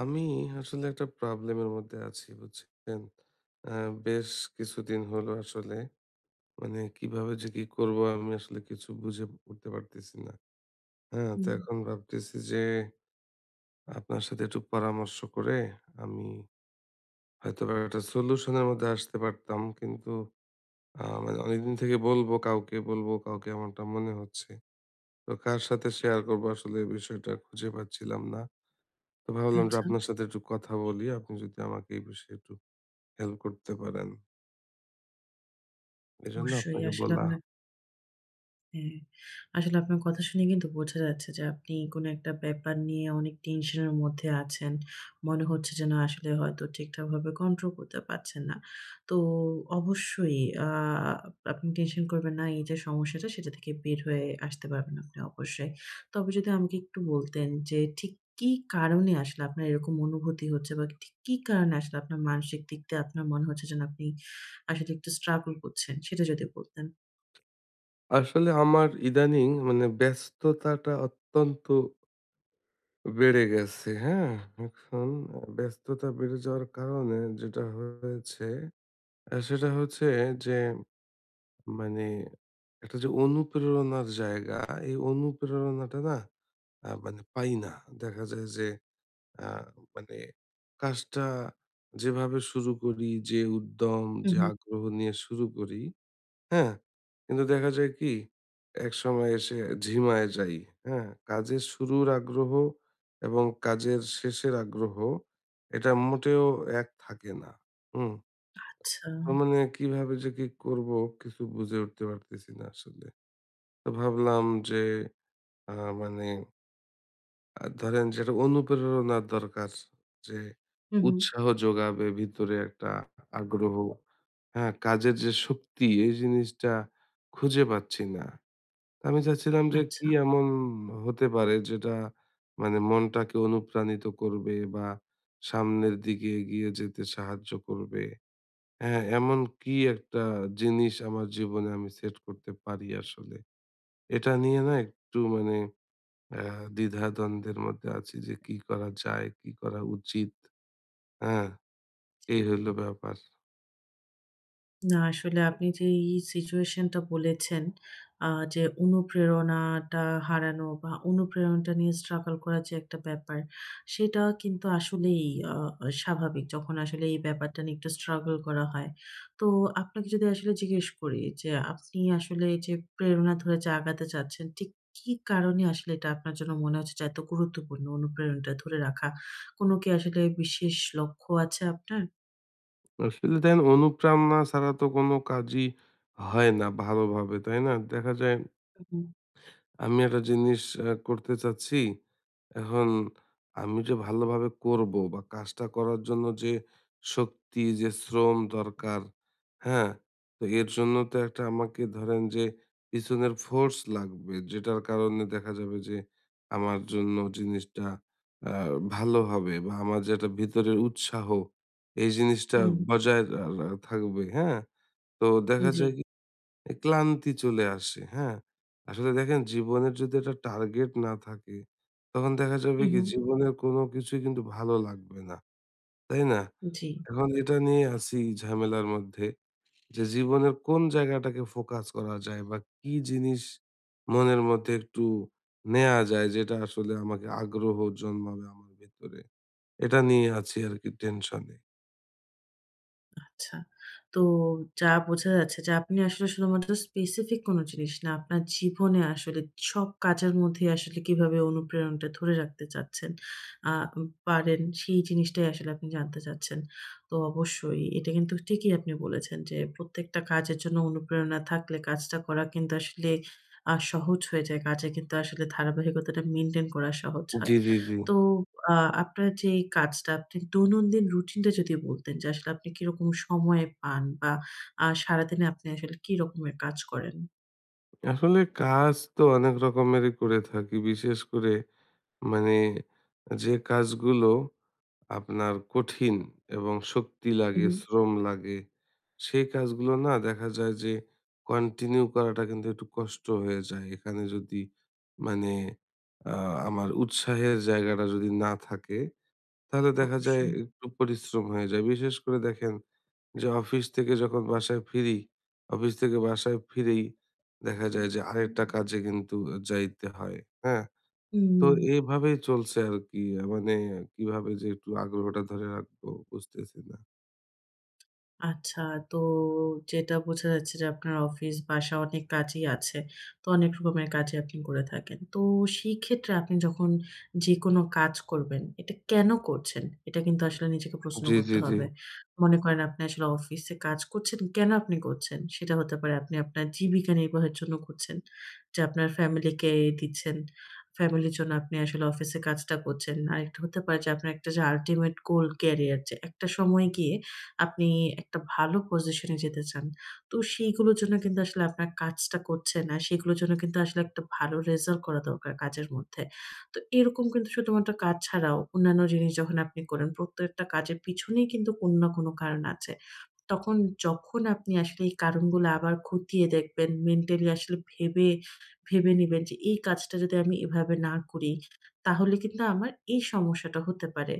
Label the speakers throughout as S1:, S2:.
S1: আমি আসলে একটা প্রবলেমের মধ্যে আছি বুঝছেন। আ বেশ কিছুদিন হলো আসলে। মানে কিভাবে যে কি করব আমি আসলে কিছু বুঝে উঠতে পারতেছি না। হ্যাঁ? তো
S2: হুম,
S1: এখন ভাবতেছি যে আপনার সাথে একটু পরামর্শ করে আমি হয়তোবা একটা সলিউশন এর মধ্যে আসতে পারতাম। কিন্তু মানে অনেকদিন থেকে বলব কাউকে এমনটা মনে হচ্ছে। তো কার সাথে শেয়ার করব আসলে এই বিষয়টা খুঁজে পাচ্ছিলাম না। তো ভাবলাম যে
S2: আচ্ছা।
S1: আপনার সাথে একটু কথা বলি। আপনি যদি আমাকে এই বিষয়ে একটু হেল্প করতে পারেন। এজন্য
S2: অবশ্যই
S1: আপনাকে
S2: আসলে
S1: বলা।
S2: আপনার হ্যাঁ, আসলে আপনার কথা শুনে কিন্তু বোঝা যাচ্ছে যে আপনি কোনো একটা ব্যাপার নিয়ে অনেক টেনশনের মধ্যে আছেন। মনে হচ্ছে যেন আসলে হয়তো ঠিকঠাকভাবে কন্ট্রোল করতে পারছেন না। তো অবশ্যই আ আপনি টেনশন করবেন না। এই যে সমস্যাটা সেটা থেকে বের হয়ে আসতে পারবেন আপনি অবশ্যই। তবে যদি আমাকে একটু বলতেন যে ঠিক কি কারণে আসলে আপনার এরকম অনুভূতি হচ্ছে বা ঠিক কি কারণে আসলে আপনার মানসিক দিক দিয়ে আপনার মনে হচ্ছে যেন আপনি আসলে একটু স্ট্রাগল করছেন সেটা যদি বলতেন?
S1: আসলে আমার ইদানিং মানে ব্যস্ততাটা অত্যন্ত বেড়ে গেছে, হ্যাঁ? এখন ব্যস্ততা বেড়ে যাওয়ার কারণে যেটা হয়েছে সেটা হচ্ছে যে মানে একটা যে অনুপ্রেরণার জায়গা, এই অনুপ্রেরণাটা না মানে পাই না। দেখা যায় যে আ মানে কাজটা যেভাবে শুরু করি, যে উদ্যম,
S2: হু,
S1: যে
S2: হু।
S1: আগ্রহ নিয়ে শুরু করি হ্যাঁ? কিন্তু দেখা যায় কি? একসময় এসে ঝিমায় যাই। হ্যাঁ? কাজের শুরুর আগ্রহ এবং কাজের শেষের আগ্রহ এটা মোটেও এক থাকে না। হুম?
S2: আচ্ছা।
S1: তার মানে কিভাবে যে কি করব কিছু বুঝে উঠতে পারতেছি না আসলে। তো ভাবলাম যে আ মানে ধরেন যে একটা অনুপ্রেরণার দরকার। যে
S2: হুম, হুম।
S1: উৎসাহ যোগাবে ভিতরে একটা আগ্রহ। হ্যাঁ? কাজের যে শক্তি এই জিনিসটা খুঁজে পাচ্ছি না। আমি চাচ্ছিলাম যে কি
S2: আচ্ছা।
S1: এমন হতে পারে যেটা মানে মনটাকে অনুপ্রাণিত করবে বা সামনের দিকে এগিয়ে যেতে সাহায্য করবে। হ্যাঁ, এমন কি একটা জিনিস আমার জীবনে আমি সেট করতে পারি আসলে। এটা নিয়ে না একটু মানে অ্যা দ্বিধাদ্বন্দ্বের মধ্যে আছি যে কি করা যায়, কি করা উচিত। হ্যাঁ,
S2: জি।
S1: এই হইল ব্যাপার।
S2: না আসলে আপনি যে এই সিচুয়েশনটা বলেছেন, আ যে অনুপ্রেরণাটা হারানো বা অনুপ্রেরণাটা নিয়ে স্ট্রাগল করার যে একটা ব্যাপার, সেটা কিন্তু আসলেই আ স্বাভাবিক। যখন আসলে এই ব্যাপারটা নিয়ে একটু স্ট্রাগল করা হয়। তো আপনাকে যদি আসলে জিজ্ঞেস করি যে আপনি আসলে যে প্রেরণা ধরে যে আগাতে চাচ্ছেন, ঠিক কি কারণে আসলে এটা আপনার জন্য মনে হচ্ছে যে এত গুরুত্বপূর্ণ অনুপ্রেরণাটা ধরে রাখা? কোনো কি আসলে বিশেষ লক্ষ্য আছে আপনার?
S1: আসলে দেখেন অনুপ্রেরণা ছাড়া তো কোনো কাজই হয় না ভালোভাবে, তাই না? দেখা যায়
S2: হুম
S1: আমি একটা জিনিস করতে চাচ্ছি। এখন আমি যে ভালোভাবে করবো বা কাজটা করার জন্য যে শক্তি, যে শ্রম দরকার, হ্যাঁ? তো এর জন্য তো একটা আমাকে ধরেন যে পিছনের ফোর্স লাগবে। যেটার কারণে দেখা যাবে যে আমার জন্য জিনিসটা আ ভালো হবে বা আমার যে একটা ভিতরের উৎসাহ, এই জিনিসটা
S2: হুম,
S1: বজায় রা রা থাকবে, হ্যাঁ? তো দেখা
S2: জি।
S1: যায় কি ক্লান্তি চলে আসে, হ্যাঁ? আসলে দেখেন জীবনের যদি একটা টার্গেট না থাকে, তখন দেখা যাবে
S2: হু,
S1: কি
S2: হু,
S1: জীবনের কোনো কিছুই কিন্তু ভালো লাগবে না। তাই না?
S2: জি।
S1: এখন এটা নিয়ে আছি ঝামেলার মধ্যে যে জীবনের কোন জায়গাটাকে ফোকাস করা যায় বা কি জিনিস মনের মধ্যে একটু নেয়া যায় যেটা আসলে আমাকে আগ্রহ জন্মাবে আমার ভেতরে। এটা নিয়ে আছি আরকি টেনশনে।
S2: আচ্ছা। তো যা বোঝা যাচ্ছে যে আপনি আসলে শুধুমাত্র স্পেসিফিক কোনো জিনিস না, আপনার জীবনে আসলে সব কাজের মধ্যে আসলে কিভাবে অনুপ্রেরণাটা ধরে রাখতে চাচ্ছেন, আ পারেন সেই জিনিসটাই আসলে আপনি জানতে চাচ্ছেন। তো অবশ্যই এটা কিন্তু ঠিকই আপনি বলেছেন যে প্রত্যেকটা কাজের জন্য অনুপ্রেরণা থাকলে কাজটা করা কিন্তু আসলে সহজ হয়ে যায়। কাজে কিন্তু আসলে ধারাবাহিকতাটা মেইনটেইন করা সহজ হয়।
S1: জি, জি, জি।
S2: তো আ আপনার যে এই কাজটা, আপনি দৈনন্দিন রুটিনটা যদি বলতেন যে আসলে আপনি কিরকম সময় পান বা সারাদিনে আপনি আসলে কি রকমের কাজ করেন?
S1: আসলে কাজ তো অনেক রকমেরই করে থাকি। বিশেষ করে মানে যে কাজগুলো আপনার কঠিন এবং শক্তি লাগে,
S2: উহু,
S1: শ্রম লাগে, সেই কাজগুলো না দেখা যায় যে কন্টিনিউ করাটা কিন্তু একটু কষ্ট হয়ে যায়। এখানে যদি মানে আ আমার উৎসাহের জায়গাটা যদি না থাকে, তাহলে দেখা যায়
S2: অবশ্যই।
S1: একটু পরিশ্রম হয়ে যায়। বিশেষ করে দেখেন যে অফিস থেকে যখন বাসায় ফিরি, অফিস থেকে বাসায় ফিরেই দেখা যায় যে আরেকটা কাজে কিন্তু যাইতে হয়। হ্যাঁ? তো
S2: হুম।
S1: এভাবেই চলছে আরকি। মানে কিভাবে যে একটু আগ্রহটা ধরে রাখবো বুঝতেছি না।
S2: আচ্ছা, তো যেটা বোঝা যাচ্ছে যে আপনার অফিস, বাসা অনেক কাজই আছে। তো অনেক রকমের কাজই আপনি করে থাকেন। তো সেই ক্ষেত্রে আপনি যখন যেকোনো কাজ করবেন, এটা কেন করছেন? এটা কিন্তু আসলে নিজেকে প্রশ্ন
S1: জি, জি,
S2: করতে
S1: জি।
S2: হবে। মনে করেন আপনি আসলে অফিসে কাজ করছেন, কেন আপনি করছেন? সেটা হতে পারে আপনি আপনার জীবিকা নির্বাহের জন্য করছেন। যে আপনার ফ্যামিলিকে দিচ্ছেন। ফ্যামিলির জন্য আপনি আসলে অফিসে কাজটা করছেন। আরেকটা হতে পারে যে আপনার একটা যে আল্টিমেট গোল ক্যারিয়ার যে একটা সময় গিয়ে আপনি একটা ভালো পজিশনে যেতে চান। তো সেইগুলোর জন্য কিন্তু আসলে আপনার কাজটা করছে না। সেগুলোর জন্য কিন্তু আসলে একটা ভালো রেজাল্ট করা দরকার কাজের মধ্যে। তো এরকম কিন্তু শুধুমাত্র কাজ ছাড়াও অন্যান্য জিনিস যখন আপনি করেন, প্রত্যেকটা কাজের পিছনেই কিন্তু কোনো না কোনো কারণ আছে। তখন যখন আপনি আসলে এই কারণগুলো আবার খতিয়ে দেখবেন, মেন্টালি আসলে ভেবে, ভেবে নিবেন যে এই কাজটা যদি আমি এভাবে না করি, তাহলে কিন্তু আমার এই সমস্যাটা হতে পারে।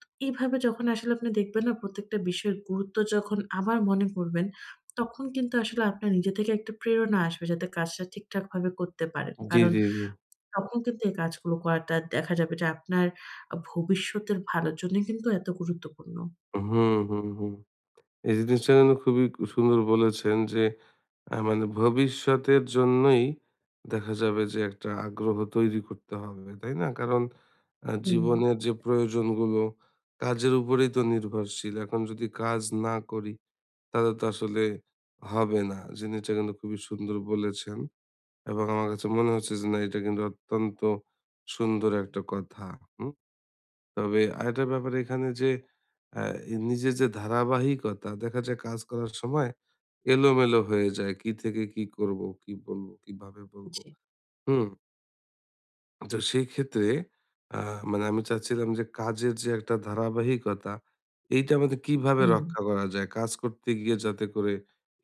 S2: তো এভাবে যখন আসলে আপনি দেখবেন না প্রত্যেকটা বিষয়ের গুরুত্ব যখন আবার মনে করবেন, তখন কিন্তু আসলে আপনার নিজে থেকে একটা প্রেরণা আসবে যাতে কাজটা ঠিকঠাকভাবে করতে পারেন।
S1: জি,
S2: কারণ
S1: জি, জি।
S2: তখন কিন্তু এই কাজগুলো করাটা দেখা যাবে যে আপনার ভবিষ্যতের ভালোর জন্য কিন্তু এত গুরুত্বপূর্ণ।
S1: হুম, হুম, হুম। এই জিনিসটা কিন্তু খুবই সুন্দর বলেছেন যে মানে ভবিষ্যতের জন্যই দেখা যাবে যে একটা আগ্রহ তৈরি করতে হবে, তাই না? কারণ
S2: হুম,
S1: জীবনের যে প্রয়োজনগুলো কাজের উপরেই তো নির্ভরশীল। এখন যদি কাজ না করি তাহলে তো আসলে হবে না। জিনিসটা কিন্তু খুবই সুন্দর বলেছেন। এবং আমার কাছে মনে হচ্ছে যে না এটা কিন্তু অত্যন্ত সুন্দর একটা কথা। হুম? তবে আরেকটা ব্যাপার এখানে যে আ নিজের যে ধারাবাহিকতা দেখা যায় কাজ করার সময় এলোমেলো হয়ে যায়। কি থেকে কি করব, কি বলবো, কিভাবে বলবো।
S2: জি,
S1: হুম? তো সেই ক্ষেত্রে আ মানে আমি চাচ্ছিলাম যে কাজের যে একটা ধারাবাহিকতা এইটা আমাদের কিভাবে
S2: হুম।
S1: রক্ষা করা যায়? কাজ করতে গিয়ে যাতে করে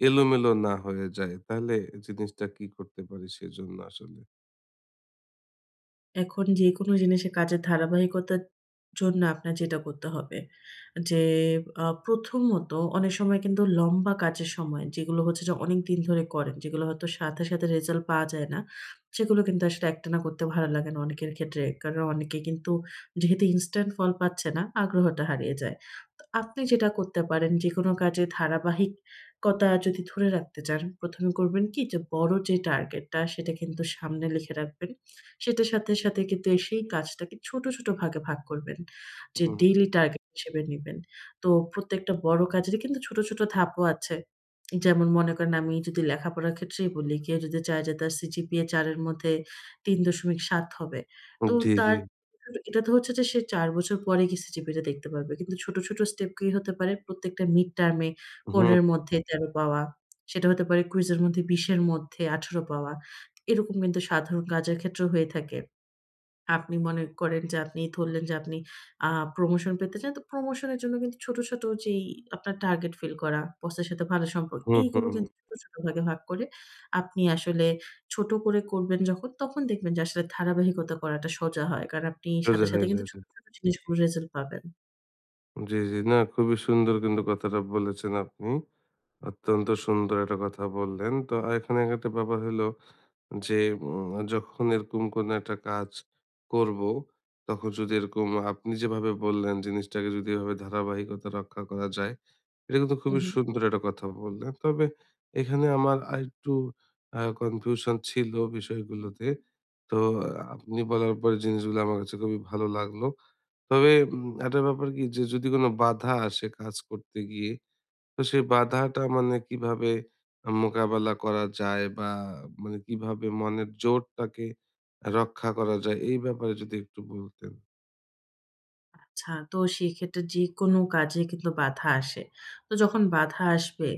S1: এলোমেলো না হয়ে যায়। তাহলে জিনিসটা কি করতে পারি সেজন্য আসলে?
S2: এখন যেকোনো জিনিসে কাজের ধারাবাহিকতার জন্য আপনার যেটা করতে হবে যে প্রথমত অনেক সময় কিন্তু লম্বা কাজের সময় যেগুলো হচ্ছে যে অনেকদিন ধরে করেন, যেগুলো হয়তো সাথে, সাথে রেজাল্ট পাওয়া যায় না, সেগুলো কিন্তু আসলে একটানা করতে ভালো লাগে না অনেকের ক্ষেত্রে। কারণ অনেকে কিন্তু যেহেতু ইনস্ট্যান্ট ফল পাচ্ছে না, আগ্রহটা হারিয়ে যায়। তো আপনি যেটা করতে পারেন যেকোনো কাজে ধারাবাহিকতা যদি ধরে রাখতে চান, ১ম এ করবেন কি যে বড় যে টার্গেটটা সেটা কিন্তু সামনে লিখে রাখবেন। সেটার সাথে, সাথে কিন্তু এই সেই কাজটাকে ছোট, ছোট ভাগে ভাগ করবেন। যে ডেইলি টার্গেট হিসেবে নিবেন। তো প্রত্যেকটা বড় কাজেরই কিন্তু ছোট, ছোট ধাপও আছে। যেমন মনে করেন আমি যদি লেখাপড়ার ক্ষেত্রেই বলি, কেউ যদি চায় যে তার সিজিপিএ ৪ এর মধ্যে ৩.৭ হবে। তো
S1: জি, জি।
S2: তার এটা তো হচ্ছে যে সে ৪ বছর পরে গিয়ে সিজিপিএটা দেখতে পারবে। কিন্তু ছোট, ছোট স্টেপ কি হতে পারে? প্রত্যেকটা মিড টার্ম এ ১৫
S1: হুম,
S2: এর মধ্যে ১৩ পাওয়া। সেটা হতে পারে কুইজের মধ্যে ২০ এর মধ্যে ১৮ পাওয়া। এরকম কিন্তু সাধারণ কাজের ক্ষেত্রেও হয়ে থাকে। আপনি মনে করেন যে আপনি ধরলেন যে আপনি আ প্রমোশন পেতে চান। তো প্রমোশন এর জন্য কিন্তু ছোট, ছোট যেই আপনার টার্গেট ফিল করা, বসের সাথে ভালো সম্পর্ক
S1: হুম, হুম,
S2: এইগুলো
S1: হুম।
S2: কিন্তু ছোট, ছোট ভাগে ভাগ করে আপনি আসলে ছোট করে করবেন যখন তখন দেখবেন যে আসলে ধারাবাহিকতা করাটা সোজা হয়। কারণ আপনি
S1: সোজা
S2: সাথে,
S1: হয়ে
S2: সাথে
S1: যায়।
S2: কিন্তু ছোট, ছোট জিনিসগুলোর রেজাল্ট পাবেন।
S1: জি, জি। না, খুবই সুন্দর কিন্তু কথাটা বলেছেন আপনি। অত্যন্ত সুন্দর একটা কথা বললেন। তো এখানে একটা ব্যাপার হলো যে, যখন এরকম কোনো একটা কাজ করব, তখন যদি এরকম আপনি যেভাবে বললেন জিনিসটাকে যদি এভাবে ধারাবাহিকতা রক্ষা করা যায়, এটা কিন্তু
S2: হু,
S1: খুবই
S2: হু।
S1: সুন্দর একটা কথা বললেন। তবে এখানে আমার আরেকটু কনফিউশন ছিল বিষয়গুলোতে। তো আপনি বলার পরে জিনিসগুলো আমার কাছে খুবই ভালো লাগলো। তবে একটা ব্যাপার কি যে যদি কোনো বাধা আসে কাজ করতে গিয়ে তো সেই বাধাটা মানে কিভাবে মোকাবেলা করা যায় বা মানে কিভাবে মনের জোরটাকে রক্ষা করা যায় এই ব্যাপারে যদি একটু বলতেন।
S2: আচ্ছা, তো সেক্ষেত্রে যেকোনো কাজে কিন্তু বাধা আসে। তো যখন বাধা আসবে,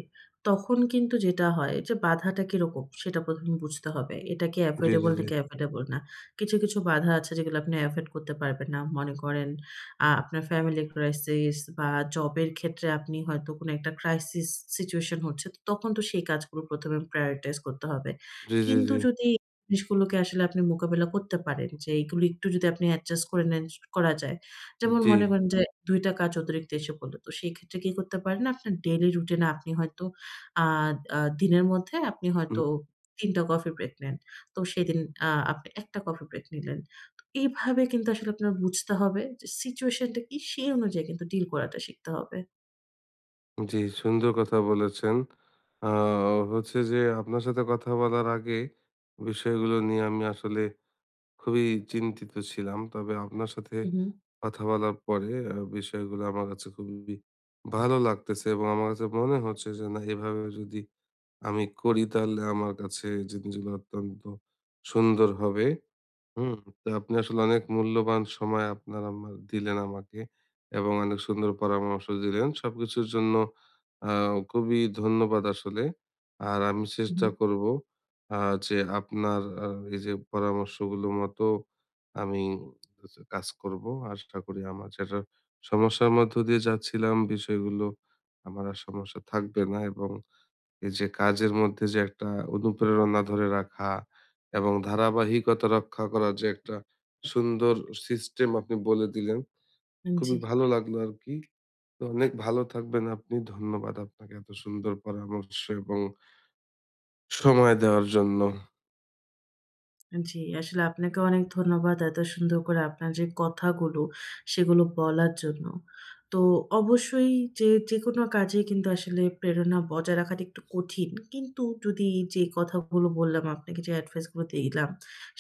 S2: তখন কিন্তু যেটা হয় যে বাধাটা কিরকম সেটা ১ম এ বুঝতে হবে। এটা কি
S1: জি, জি,
S2: এভয়েডেবল
S1: জি,
S2: নাকি এভয়েডেবল না। কিছু, কিছু বাধা আছে যেগুলো আপনি এভয়েড করতে পারবেন না। মনে করেন আপনার ফ্যামিলি ক্রাইসিস বা জবের ক্ষেত্রে আপনি হয়তো কোনো একটা ক্রাইসিস সিচুয়েশন হচ্ছে, তো তখন তো সেই কাজগুলো ১ম এ প্রায়োরিটাইজ করতে হবে।
S1: জি, জি,
S2: কিন্তু
S1: জি,
S2: যদি এই জিনিসগুলোকে আসলে আপনি মোকাবেলা করতে পারেন যে এগুলো একটু যদি আপনি অ্যাডজাস্ট করে নেন করা যায়। যেমন
S1: জি,
S2: মনে করেন যে ২ টা কাজ অতিরিক্ত এসে পড়ল। তো সেই ক্ষেত্রে কি করতে পারেন আপনার ডেইলি রুটিনে আপনি হয়তো আ আ দিনের মধ্যে আপনি
S1: হুম,
S2: হয়তো ৩ টা কফি ব্রেক নেন। তো সেদিন আপনি ১ টা কফি ব্রেক নিলেন। তো এইভাবে কিন্তু আসলে আপনার বুঝতে হবে যে সিচুয়েশনটা কি সেই অনুযায়ী কিন্তু ডিল করাটা শিখতে হবে।
S1: জি সুন্দর কথা বলেছেন। আ হচ্ছে যে আপনার সাথে কথা বলার আগে বিষয়গুলো নিয়ে আমি আসলে খুবই চিন্তিত ছিলাম। তবে আপনার সাথে
S2: হু, হু,
S1: কথা বলার পরে বিষয়গুলো আমার কাছে খুবই ভালো লাগতেছে এবং আমার কাছে মনে হচ্ছে যে না এভাবে যদি আমি করি তাহলে আমার কাছে জিনিসগুলো অত্যন্ত সুন্দর হবে। হুম, তো আপনি আসলে অনেক মূল্যবান সময় আপনার আমার দিলেন আমাকে এবং অনেক সুন্দর পরামর্শ দিলেন। সবকিছুর জন্য আ খুবই ধন্যবাদ আসলে। আর আমি
S2: হু,
S1: চেষ্টা করব আ যে আপনার এই যে পরামর্শগুলো মতো আমি হচ্ছে কাজ করব। আশা করি আমার যেটা সমস্যার মধ্য দিয়ে যাচ্ছিলাম বিষয়গুলো আমার আর সমস্যা থাকবে না এবং এই যে কাজের মধ্যে যে একটা অনুপ্রেরণা ধরে রাখা এবং ধারাবাহিকতা রক্ষা করার যে একটা সুন্দর সিস্টেম আপনি বলে দিলেন।
S2: হুম,
S1: খুবই
S2: জি।
S1: ভালো লাগলো আরকি। তো অনেক ভালো থাকবেন আপনি। ধন্যবাদ আপনাকে এত সুন্দর পরামর্শ এবং সময় দেওয়ার জন্য।
S2: জি, আসলে আপনাকে অনেক ধন্যবাদ এত সুন্দর করে আপনার যে কথাগুলো, সেগুলো বলার জন্য। তো অবশ্যই যেকোনো কাজেই কিন্তু আসলে প্রেরণা বজায় রাখাটা একটু কঠিন। কিন্তু যদি যে কথাগুলো বললাম, আপনাকে যে অ্যাডভাইস গুলো দিলাম,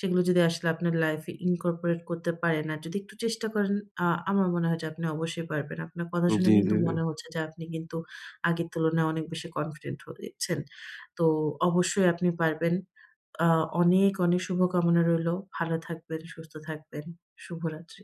S2: সেগুলো যদি আসলে আপনার লাইফে ইনকর্পোরেট করতে পারেন আর যদি একটু চেষ্টা করেন, আ আমার মনে হয় যে আপনি অবশ্যই পারবেন। আপনার কথা শুনে
S1: জি, জি।
S2: কিন্তু মনে হচ্ছে যে আপনি কিন্তু আগের তুলনায় অনেক বেশি কনফিডেন্ট হচ্ছেন। তো অবশ্যই আপনি পারবেন। আ অনেক, অনেক শুভকামনা রইলো। ভালো থাকবেন, সুস্থ থাকবেন। শুভরাত্রি।